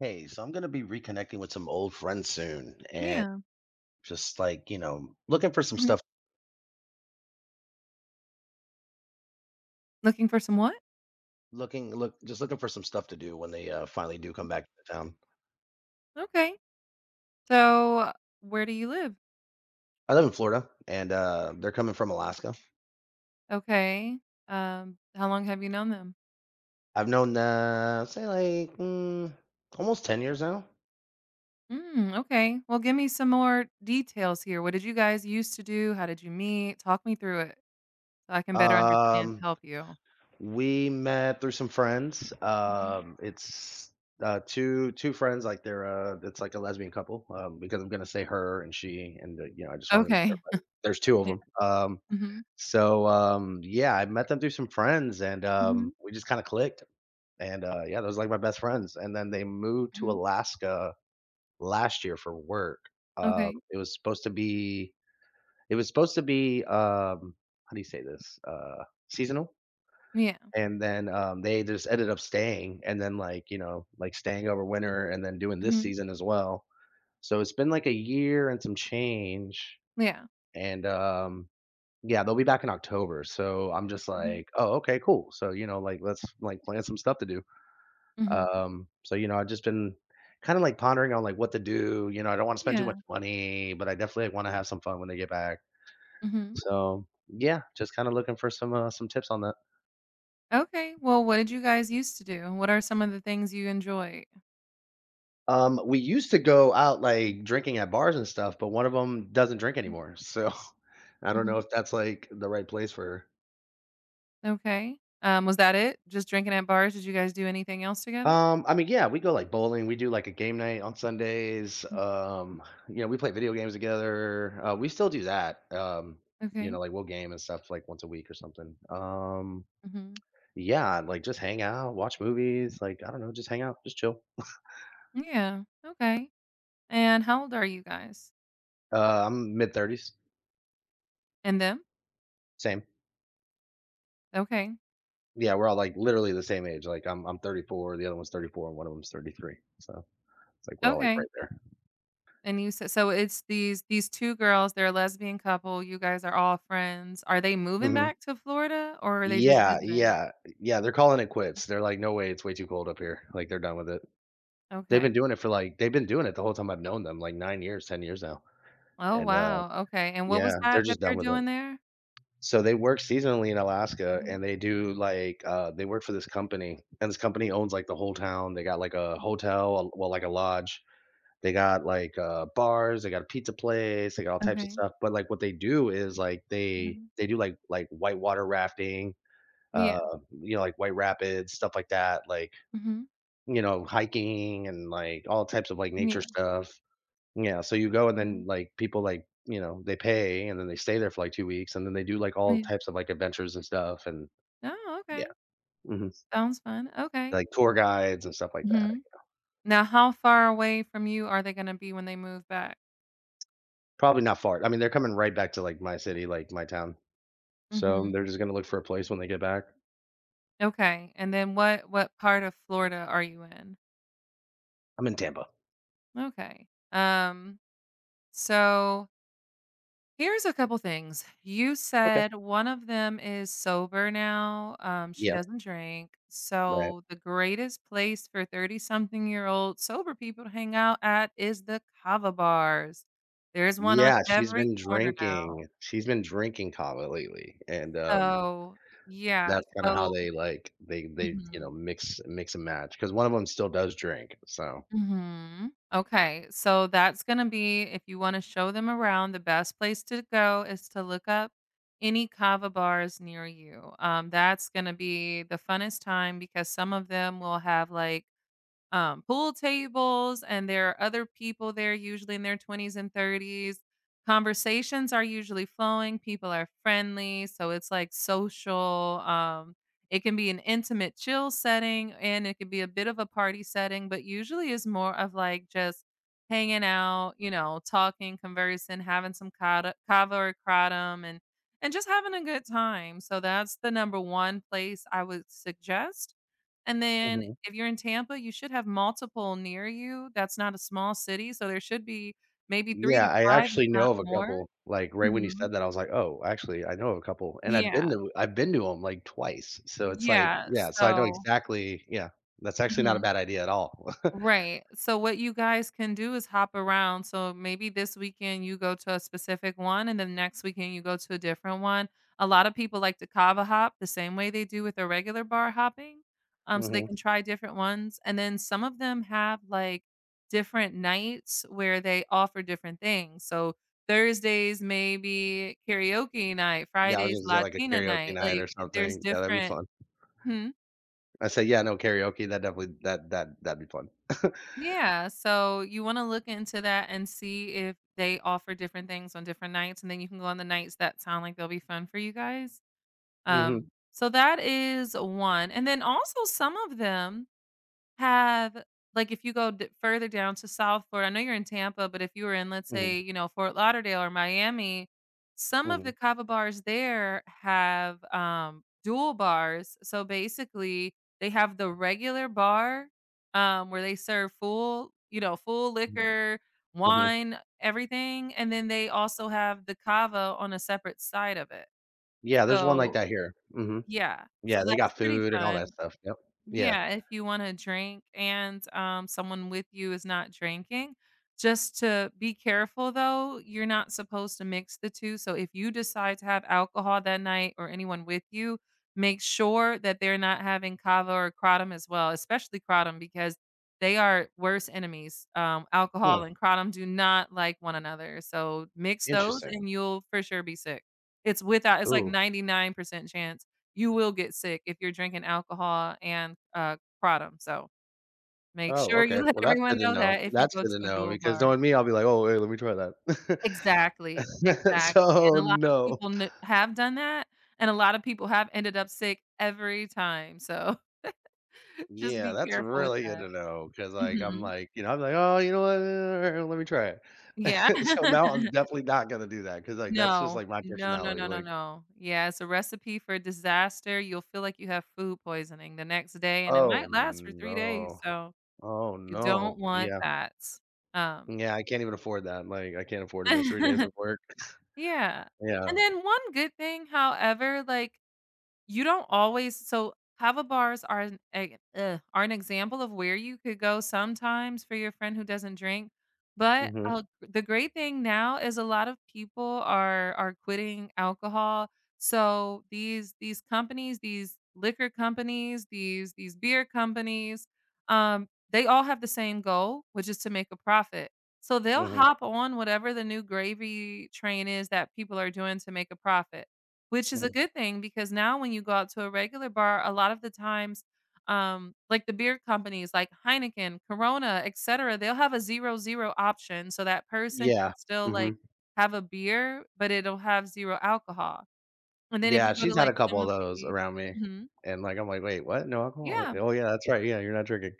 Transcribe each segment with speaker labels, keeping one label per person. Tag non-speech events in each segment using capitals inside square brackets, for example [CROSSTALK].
Speaker 1: Hey, so I'm gonna be reconnecting with some old friends soon and
Speaker 2: Yeah.
Speaker 1: just like, you know, looking for some
Speaker 2: Mhm.
Speaker 1: stuff,
Speaker 2: Looking for some what?
Speaker 1: looking look just looking for some stuff to do when they finally do come back to town.
Speaker 2: Okay. So, where do you live?
Speaker 1: I live in Florida, and they're coming from Alaska.
Speaker 2: Okay. How long have you known them?
Speaker 1: I've known say like almost 10 years now.
Speaker 2: Mm, okay. Well, give me some more details here. What did you guys used to do? How did you meet? Talk me through it so I can better understand to
Speaker 1: Um
Speaker 2: help you.
Speaker 1: we met through some friends.
Speaker 2: Mhm.
Speaker 1: It's two friends, like they're it's like a lesbian couple, because I'm gonna say her and she and you know, I just wanted to
Speaker 2: Okay.
Speaker 1: clarify
Speaker 2: [LAUGHS]
Speaker 1: there's two of
Speaker 2: Yeah.
Speaker 1: them.
Speaker 2: Mm-hmm.
Speaker 1: Yeah, I met them through some friends and,
Speaker 2: Hmm.
Speaker 1: we just kinda clicked, and, yeah, those are like my best friends, and then they moved to
Speaker 2: Hmm.
Speaker 1: Alaska last year for work. Um,
Speaker 2: Okay.
Speaker 1: it was supposed to be it was supposed to be, how do you say this? Seasonal,
Speaker 2: Yeah.
Speaker 1: and then, they just ended up staying and then, like, you know, like, staying over winter and then doing this
Speaker 2: Hmm.
Speaker 1: season as well. So it's been like a year and some change,
Speaker 2: Yeah.
Speaker 1: and, yeah, they'll be back in October, so I'm just
Speaker 2: Hmm.
Speaker 1: like, "Oh, okay, cool." So, you know, like, let's, like, plan some stuff to do.
Speaker 2: Hmm.
Speaker 1: So, you know, I've just been kinda, like, pondering on, like, what to do, you know, I don't wanna spend too
Speaker 2: Yeah.
Speaker 1: much money, but I definitely like, wanna have some fun when they get back.
Speaker 2: Hmm.
Speaker 1: So, yeah, just kinda looking for some tips on that.
Speaker 2: Okay. Well, what did you guys used to do? What are some of the things you enjoy?
Speaker 1: We used to go out, like, drinking at bars and stuff, but one of them 'em doesn't drink anymore, so [LAUGHS] I don't know
Speaker 2: Hmm.
Speaker 1: if that's, like, the right place for her.
Speaker 2: Okay. Was that it? Just drinking at bars? Did you guys do anything else together?
Speaker 1: I mean, yeah, we go like bowling. We do like a game night on Sundays.
Speaker 2: Mhm.
Speaker 1: You know, we play video games together. We still do that. You
Speaker 2: Okay.
Speaker 1: know, like we'll game and stuff like once a week or something.
Speaker 2: Mhm.
Speaker 1: Yeah, like just hang out, watch movies. Like I don't know, just hang out, just chill.
Speaker 2: Yeah. Okay. And how old are you guys?
Speaker 1: I'm mid thirties.
Speaker 2: And them?
Speaker 1: Same.
Speaker 2: Okay.
Speaker 1: Yeah, we're all like literally the same age. Like I'm 34. The other one's 34, and one of them's 33. So it's like we're all like
Speaker 2: Okay.
Speaker 1: right there.
Speaker 2: And you said so it's these two girls, they're a lesbian couple. You guys are all friends. Are they moving
Speaker 1: hmm
Speaker 2: back to Florida or are they just
Speaker 1: Yeah,
Speaker 2: visiting?
Speaker 1: yeah, yeah. They're calling it quits. They're like, no way, it's way too cold up here. Like they're done with it. They've
Speaker 2: Okay.
Speaker 1: been doing it for, like they've been doing it the whole time I've known them, like 9 years, 10 years now,
Speaker 2: Oh,
Speaker 1: and,
Speaker 2: wow. Okay. And what was
Speaker 1: yeah, they're
Speaker 2: that
Speaker 1: just done
Speaker 2: they're
Speaker 1: with it.
Speaker 2: doing there?
Speaker 1: So they work seasonally in Alaska,
Speaker 2: Mhm,
Speaker 1: and they do, like, they work for this company, and this company owns, like, the whole town. They got, like, a
Speaker 2: mhm.
Speaker 1: hotel, a well, like, a lodge. They got, like, bars, they got a pizza place, they got all types of
Speaker 2: Okay.
Speaker 1: stuff, but, like, what they do is, like, they
Speaker 2: Mhm.
Speaker 1: they do, like, whitewater rafting,
Speaker 2: Yeah.
Speaker 1: uh, you know, like, white rapids, stuff like that, like,
Speaker 2: Mhm.
Speaker 1: you know, hiking and, like, all types of, like, nature
Speaker 2: Yeah.
Speaker 1: stuff. Yeah, so you go and then,
Speaker 2: Mhm.
Speaker 1: like, people, like, you know, they pay and then they stay there for, like, 2 weeks and then they do, like, all
Speaker 2: Yeah.
Speaker 1: types of, like, adventures and stuff and
Speaker 2: Oh,
Speaker 1: yeah,
Speaker 2: okay.
Speaker 1: mhm,
Speaker 2: Sounds fun. Okay.
Speaker 1: like, tour guides and stuff like that.
Speaker 2: Mhm. Now how far away from you are they gonna be when they move back?
Speaker 1: Probably not far. I mean, they're coming right back to, like, my city, like, my town. So,
Speaker 2: Mhm.
Speaker 1: they're just gonna look for a place when they get back.
Speaker 2: Okay, and then what part of Florida are you in?
Speaker 1: I'm in Tampa.
Speaker 2: Okay. So here's a couple things. You
Speaker 1: Okay.
Speaker 2: said one of them is sober now, she
Speaker 1: Yep,
Speaker 2: doesn't drink,
Speaker 1: right.
Speaker 2: so the greatest place for 30-something-year-old sober people to hang out at is the Cava bars. There's one on
Speaker 1: Yeah, she's
Speaker 2: every
Speaker 1: been
Speaker 2: corner now.
Speaker 1: drinking. She's been drinking kava lately, and,
Speaker 2: So, yeah,
Speaker 1: that's kinda how
Speaker 2: so
Speaker 1: they, like, you know,
Speaker 2: Mhm.
Speaker 1: mix and match because one of them still does drink, so.
Speaker 2: Mhm. Okay, so that's gonna be if you wanna show them around, the best place to go is to look up any kava bars near you. That's gonna be the funnest time because some of them will have, like, pool tables, and there are other people there, usually in their 20s and 30s. Conversations are usually flowing, people are friendly, so it's like social. It can be an intimate chill setting and it can be a bit of a party setting, but usually is more of like just hanging out, you know, talking, conversing, having some kava or kratom and just having a good time. So that's the number one place I would suggest. And then
Speaker 1: Mhm.
Speaker 2: if you're in Tampa, you should have multiple near you. That's not a small city, so there should be maybe 3 to
Speaker 1: Yeah, I
Speaker 2: 5, if
Speaker 1: actually
Speaker 2: not
Speaker 1: know of a
Speaker 2: more.
Speaker 1: couple, like, right when you
Speaker 2: Mhm.
Speaker 1: said that, I was like, "Oh, actually, I know of a couple," and
Speaker 2: Yeah.
Speaker 1: I've been to them like, twice, so it's like
Speaker 2: Yeah,
Speaker 1: yeah, so I know
Speaker 2: so
Speaker 1: exactly yeah, that's actually not a
Speaker 2: Mhm.
Speaker 1: bad idea at all. [LAUGHS]
Speaker 2: Right. So what you guys can do is hop around. So maybe this weekend you go to a specific one and then next weekend you go to a different one. A lot of people like to kava hop the same way they do with their regular bar hopping. So they
Speaker 1: Mhm.
Speaker 2: can try different ones. And then some of them have like different nights where they offer different things. So Thursdays maybe karaoke night,
Speaker 1: Yeah, I was
Speaker 2: Fridays
Speaker 1: just gonna say, like, a
Speaker 2: Latina
Speaker 1: karaoke
Speaker 2: night.
Speaker 1: night
Speaker 2: Like
Speaker 1: or
Speaker 2: there's
Speaker 1: something, yeah, that'd be
Speaker 2: different.
Speaker 1: fun.
Speaker 2: Hmm?
Speaker 1: I say, yeah, no, karaoke, that definitely that'd be fun. [LAUGHS]
Speaker 2: Yeah, so you wanna look into that and see if they offer different things on different nights, and then you can go on the nights that sound like they'll be fun for you guys.
Speaker 1: Mhm,
Speaker 2: So that is one, and then also some of them, have like, if you go d further down to South Florida. I know you're in Tampa, but if you were in, let's
Speaker 1: mhm,
Speaker 2: say, you know, Fort Lauderdale or Miami, some of
Speaker 1: mhm,
Speaker 2: the Cava bars there have, dual bars. So, basically, they have the regular bar, where they serve full you know, full
Speaker 1: mhm,
Speaker 2: liquor,
Speaker 1: mhm.
Speaker 2: wine, everything, and then they also have the Cava on a separate side of it.
Speaker 1: Yeah, there's one like
Speaker 2: So
Speaker 1: that here. Mhm.
Speaker 2: yeah. So
Speaker 1: Yeah, they
Speaker 2: that's
Speaker 1: got
Speaker 2: pretty
Speaker 1: food and all that
Speaker 2: fun.
Speaker 1: stuff, yep. Yeah.
Speaker 2: Yeah, if you wanna drink and, someone with you is not drinking, just to be careful, though, you're not supposed to mix the 2, so if you decide to have alcohol that night or anyone with you, make sure that they're not having cava or kratom as well, especially kratom because they are worse enemies. Alcohol
Speaker 1: Hmm,
Speaker 2: and kratom do not like one another, so mix those
Speaker 1: interesting.
Speaker 2: and you'll for sure be sick. It's without it's like
Speaker 1: Ooh.
Speaker 2: 99% chance you will get sick if you're drinking alcohol and, kratom, so make
Speaker 1: Oh,
Speaker 2: sure
Speaker 1: okay.
Speaker 2: you [LAUGHS] let
Speaker 1: Well, that's
Speaker 2: everyone
Speaker 1: good to
Speaker 2: know
Speaker 1: know.
Speaker 2: that if you
Speaker 1: That's
Speaker 2: go
Speaker 1: good
Speaker 2: to
Speaker 1: to
Speaker 2: a
Speaker 1: know
Speaker 2: dual
Speaker 1: because
Speaker 2: bar.
Speaker 1: knowing me, I'll be like, "Oh, hey, let me try that." [LAUGHS]
Speaker 2: Exactly, exactly, and
Speaker 1: So,
Speaker 2: a lot of
Speaker 1: no.
Speaker 2: people kn have done that, and a lot of people have ended up sick every time, so [LAUGHS] just
Speaker 1: Yeah,
Speaker 2: be
Speaker 1: that's
Speaker 2: careful with
Speaker 1: really good
Speaker 2: that.
Speaker 1: to know because, like, I'm
Speaker 2: Mhm.
Speaker 1: like, you know, I'm like, "Oh, you know what? Let me try it."
Speaker 2: Yeah.
Speaker 1: [LAUGHS] So now I'm
Speaker 2: [LAUGHS]
Speaker 1: definitely not gonna do that because, like, that's just,
Speaker 2: No.
Speaker 1: like, my
Speaker 2: No, no,
Speaker 1: personality,
Speaker 2: no, no,
Speaker 1: like
Speaker 2: no. Yeah, it's a recipe for disaster, you'll feel like you have food poisoning the next day, and it
Speaker 1: Oh,
Speaker 2: might last for 3 days,
Speaker 1: no.
Speaker 2: so
Speaker 1: Oh,
Speaker 2: you don't
Speaker 1: no.
Speaker 2: want
Speaker 1: Yeah.
Speaker 2: that. Um.
Speaker 1: Yeah, I can't even afford that, like, I can't afford to miss 3 days
Speaker 2: [LAUGHS]
Speaker 1: of work.
Speaker 2: Yeah. And
Speaker 1: Yeah.
Speaker 2: then one good thing, however, like, you don't always so, kava bars are are an example of where you could go sometimes for your friend who doesn't drink, but,
Speaker 1: Mhm.
Speaker 2: the great thing now is a lot of people are quitting alcohol, so these companies, these liquor companies, these beer companies, they all have the same goal, which is to make a profit. So they'll
Speaker 1: Mhm.
Speaker 2: hop on whatever the new gravy train is that people are doing to make a profit. Which is a
Speaker 1: Mhm.
Speaker 2: good thing because now when you go out to a regular bar, a lot of the times, like the beer companies like Heineken, Corona, etcetera, they'll have a zero-zero option so that person can
Speaker 1: Yeah.
Speaker 2: still, like,
Speaker 1: Mhm.
Speaker 2: have a beer, but it'll have 0 alcohol. And then if
Speaker 1: Yeah,
Speaker 2: you go to,
Speaker 1: she's had a
Speaker 2: like,
Speaker 1: couple
Speaker 2: some
Speaker 1: of
Speaker 2: of
Speaker 1: those
Speaker 2: the
Speaker 1: around me,
Speaker 2: Mhm.
Speaker 1: and, like, I'm like, "Wait, what? No alcohol?
Speaker 2: Yeah.
Speaker 1: Oh, yeah, that's right, yeah, you're not drinking."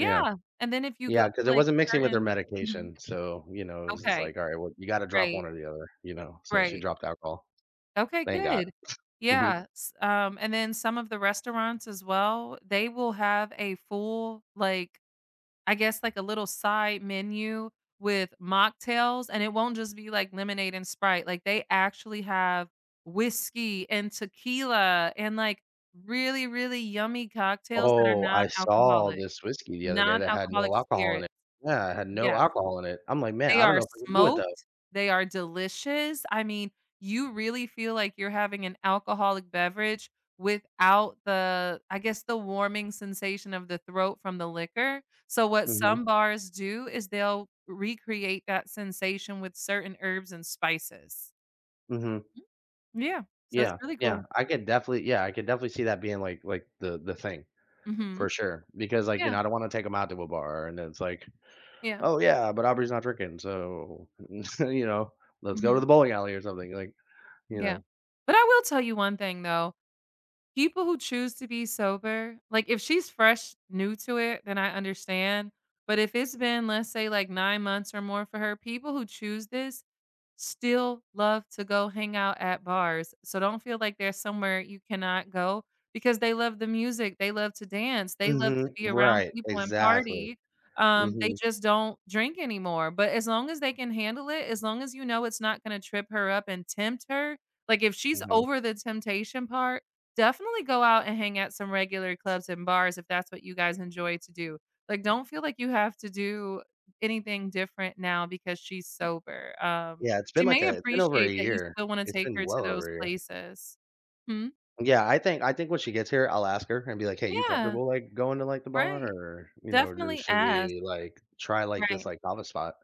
Speaker 1: Yeah.
Speaker 2: And then if you go
Speaker 1: Yeah,
Speaker 2: to,
Speaker 1: because it
Speaker 2: like,
Speaker 1: wasn't mixing with her
Speaker 2: certain Mhm.
Speaker 1: medication, so, you know, it was just
Speaker 2: Okay.
Speaker 1: like, "All right, well, you gotta drop
Speaker 2: Right.
Speaker 1: one or the other," you know? So she
Speaker 2: Right.
Speaker 1: dropped alcohol.
Speaker 2: Okay,
Speaker 1: Thank God.
Speaker 2: good.
Speaker 1: Mhm.
Speaker 2: Yeah, s And then some of the restaurants as well, they will have a full, like, I guess, like, a little side menu with mocktails, and it won't just be, like, lemonade and Sprite, like, they actually have whiskey and tequila and, like, really, really yummy cocktails that are
Speaker 1: Oh, I saw this whiskey the other day that had
Speaker 2: non-alcoholic
Speaker 1: no alcohol in
Speaker 2: spirits.
Speaker 1: it. Yeah, it had no
Speaker 2: Yeah.
Speaker 1: alcohol in it. I'm like, "Man,
Speaker 2: They
Speaker 1: I don't
Speaker 2: are
Speaker 1: know if I can do it, though."
Speaker 2: smoked, they are delicious, I mean, you really feel like you're having an alcoholic beverage without the I guess, the warming sensation of the throat from the liquor, so what
Speaker 1: Mhm.
Speaker 2: some bars do is they'll recreate that sensation with certain herbs and spices.
Speaker 1: Mhm.
Speaker 2: Mhm. Yeah, so it's
Speaker 1: Yeah,
Speaker 2: really cool.
Speaker 1: yeah, I could definitely see that being, like, the thing for
Speaker 2: Mhm.
Speaker 1: sure because, like, you
Speaker 2: Yeah,
Speaker 1: know, I don't wanna take them out to a bar, and it's like
Speaker 2: yeah,
Speaker 1: Oh, yeah, but Aubrey's not drinking, so, [LAUGHS] you know, let's go to
Speaker 2: mhm,
Speaker 1: the bowling alley or something, like, you
Speaker 2: yeah.
Speaker 1: know?
Speaker 2: But I will tell you one thing, though, people who choose to be sober, like, if she's fresh new to it, then I understand, but if it's been, let's say, like, 9 months or more for her, people who choose this, still love to go hang out at bars. So don't feel like there's somewhere you cannot go because they love the music, they love to dance, they love to
Speaker 1: Mhm.
Speaker 2: be around
Speaker 1: Right,
Speaker 2: people and
Speaker 1: exactly.
Speaker 2: party. They
Speaker 1: Mhm,
Speaker 2: just don't drink anymore. But as long as they can handle it, as long as you know it's not gonna trip her up and tempt her, like if she's
Speaker 1: mhm.
Speaker 2: over the temptation part, definitely go out and hang at some regular clubs and bars if that's what you guys enjoy to do. Like don't feel like you have to do anything different now because she's sober. Um,
Speaker 1: Yeah,
Speaker 2: she may
Speaker 1: it's been over a
Speaker 2: appreciate that you
Speaker 1: year.
Speaker 2: still wanna
Speaker 1: It's
Speaker 2: take
Speaker 1: been
Speaker 2: her to
Speaker 1: well
Speaker 2: those
Speaker 1: over a year.
Speaker 2: places. Hmm?
Speaker 1: Yeah, I think when she gets here, I'll ask her and be like, "Hey, you
Speaker 2: Yeah,
Speaker 1: comfortable, like, going to, like, the bar
Speaker 2: right.
Speaker 1: or, you know, or
Speaker 2: Definitely
Speaker 1: should
Speaker 2: ask,
Speaker 1: we, like, try, like, this,
Speaker 2: right.
Speaker 1: like, kava spot?"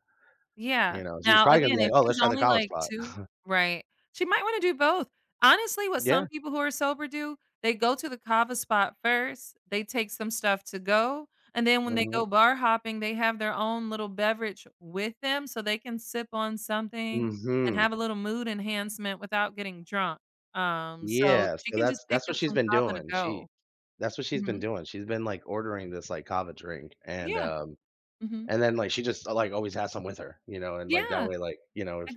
Speaker 2: Yeah.
Speaker 1: You know? She's
Speaker 2: Now,
Speaker 1: probably gonna be
Speaker 2: again,
Speaker 1: like,
Speaker 2: if
Speaker 1: "Oh,
Speaker 2: she's
Speaker 1: let's try the
Speaker 2: only,
Speaker 1: kava
Speaker 2: like,
Speaker 1: spot."
Speaker 2: 2 Right. She might wanna do both. Honestly, what some
Speaker 1: Yeah.
Speaker 2: people who are sober do, they go to the kava spot first, they take some stuff to go, and then when they
Speaker 1: Mhm.
Speaker 2: go bar hopping, they have their own little beverage with them so they can sip on something and
Speaker 1: Mhm.
Speaker 2: have a little mood enhancement without getting drunk. So
Speaker 1: Yeah,
Speaker 2: she
Speaker 1: so
Speaker 2: can just
Speaker 1: that's
Speaker 2: pick
Speaker 1: that's
Speaker 2: up
Speaker 1: what she's
Speaker 2: some
Speaker 1: been
Speaker 2: kava to
Speaker 1: doing.
Speaker 2: go.
Speaker 1: She that's what she's been
Speaker 2: Mhm.
Speaker 1: doing. She's been, like, ordering this, like, kava drink,
Speaker 2: Yeah. Mhm.
Speaker 1: and then, like, she just, like, always has some with her, you know, and, like, that
Speaker 2: Yeah,
Speaker 1: way, like, you know,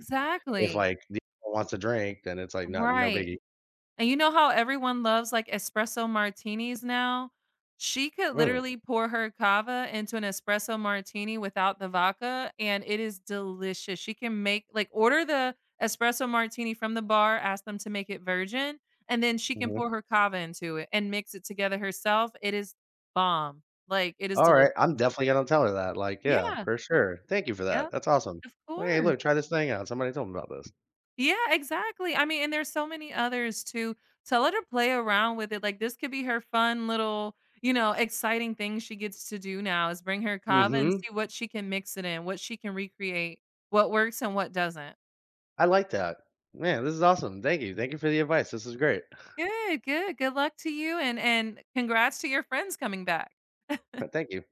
Speaker 1: if, like, the other one wants a drink, then it's, like, not no
Speaker 2: Right.
Speaker 1: biggie.
Speaker 2: And you know how everyone loves, like, espresso martinis now? She could
Speaker 1: Mm,
Speaker 2: literally pour her cava into an espresso martini without the vodka, and it is delicious. She can make like, order the espresso martini from the bar, ask them to make it virgin, and then she can
Speaker 1: mhm.
Speaker 2: pour her cava into it and mix it together herself. It is bomb. Like, it is delicious.
Speaker 1: Alright, I'm definitely gonna tell her that, like, yeah,
Speaker 2: Yeah.
Speaker 1: for sure. Thank you for
Speaker 2: Yeah.
Speaker 1: that. That's awesome.
Speaker 2: Of
Speaker 1: "Hey,
Speaker 2: course.
Speaker 1: look, try this thing out. Somebody told me about this."
Speaker 2: Yeah, exactly. I mean, and there's so many others too. To let her play around with it, like this could be her fun little, you know, exciting thing she gets to do now is bring her kava. Right. And
Speaker 1: Mhm.
Speaker 2: see what she can mix it in, what she can recreate, what works and what doesn't.
Speaker 1: I like that. Man, this is awesome. Thank you. Thank you for the advice. This is great.
Speaker 2: Good, good, good luck to you, and congrats to your friends coming back.
Speaker 1: [LAUGHS] Thank you.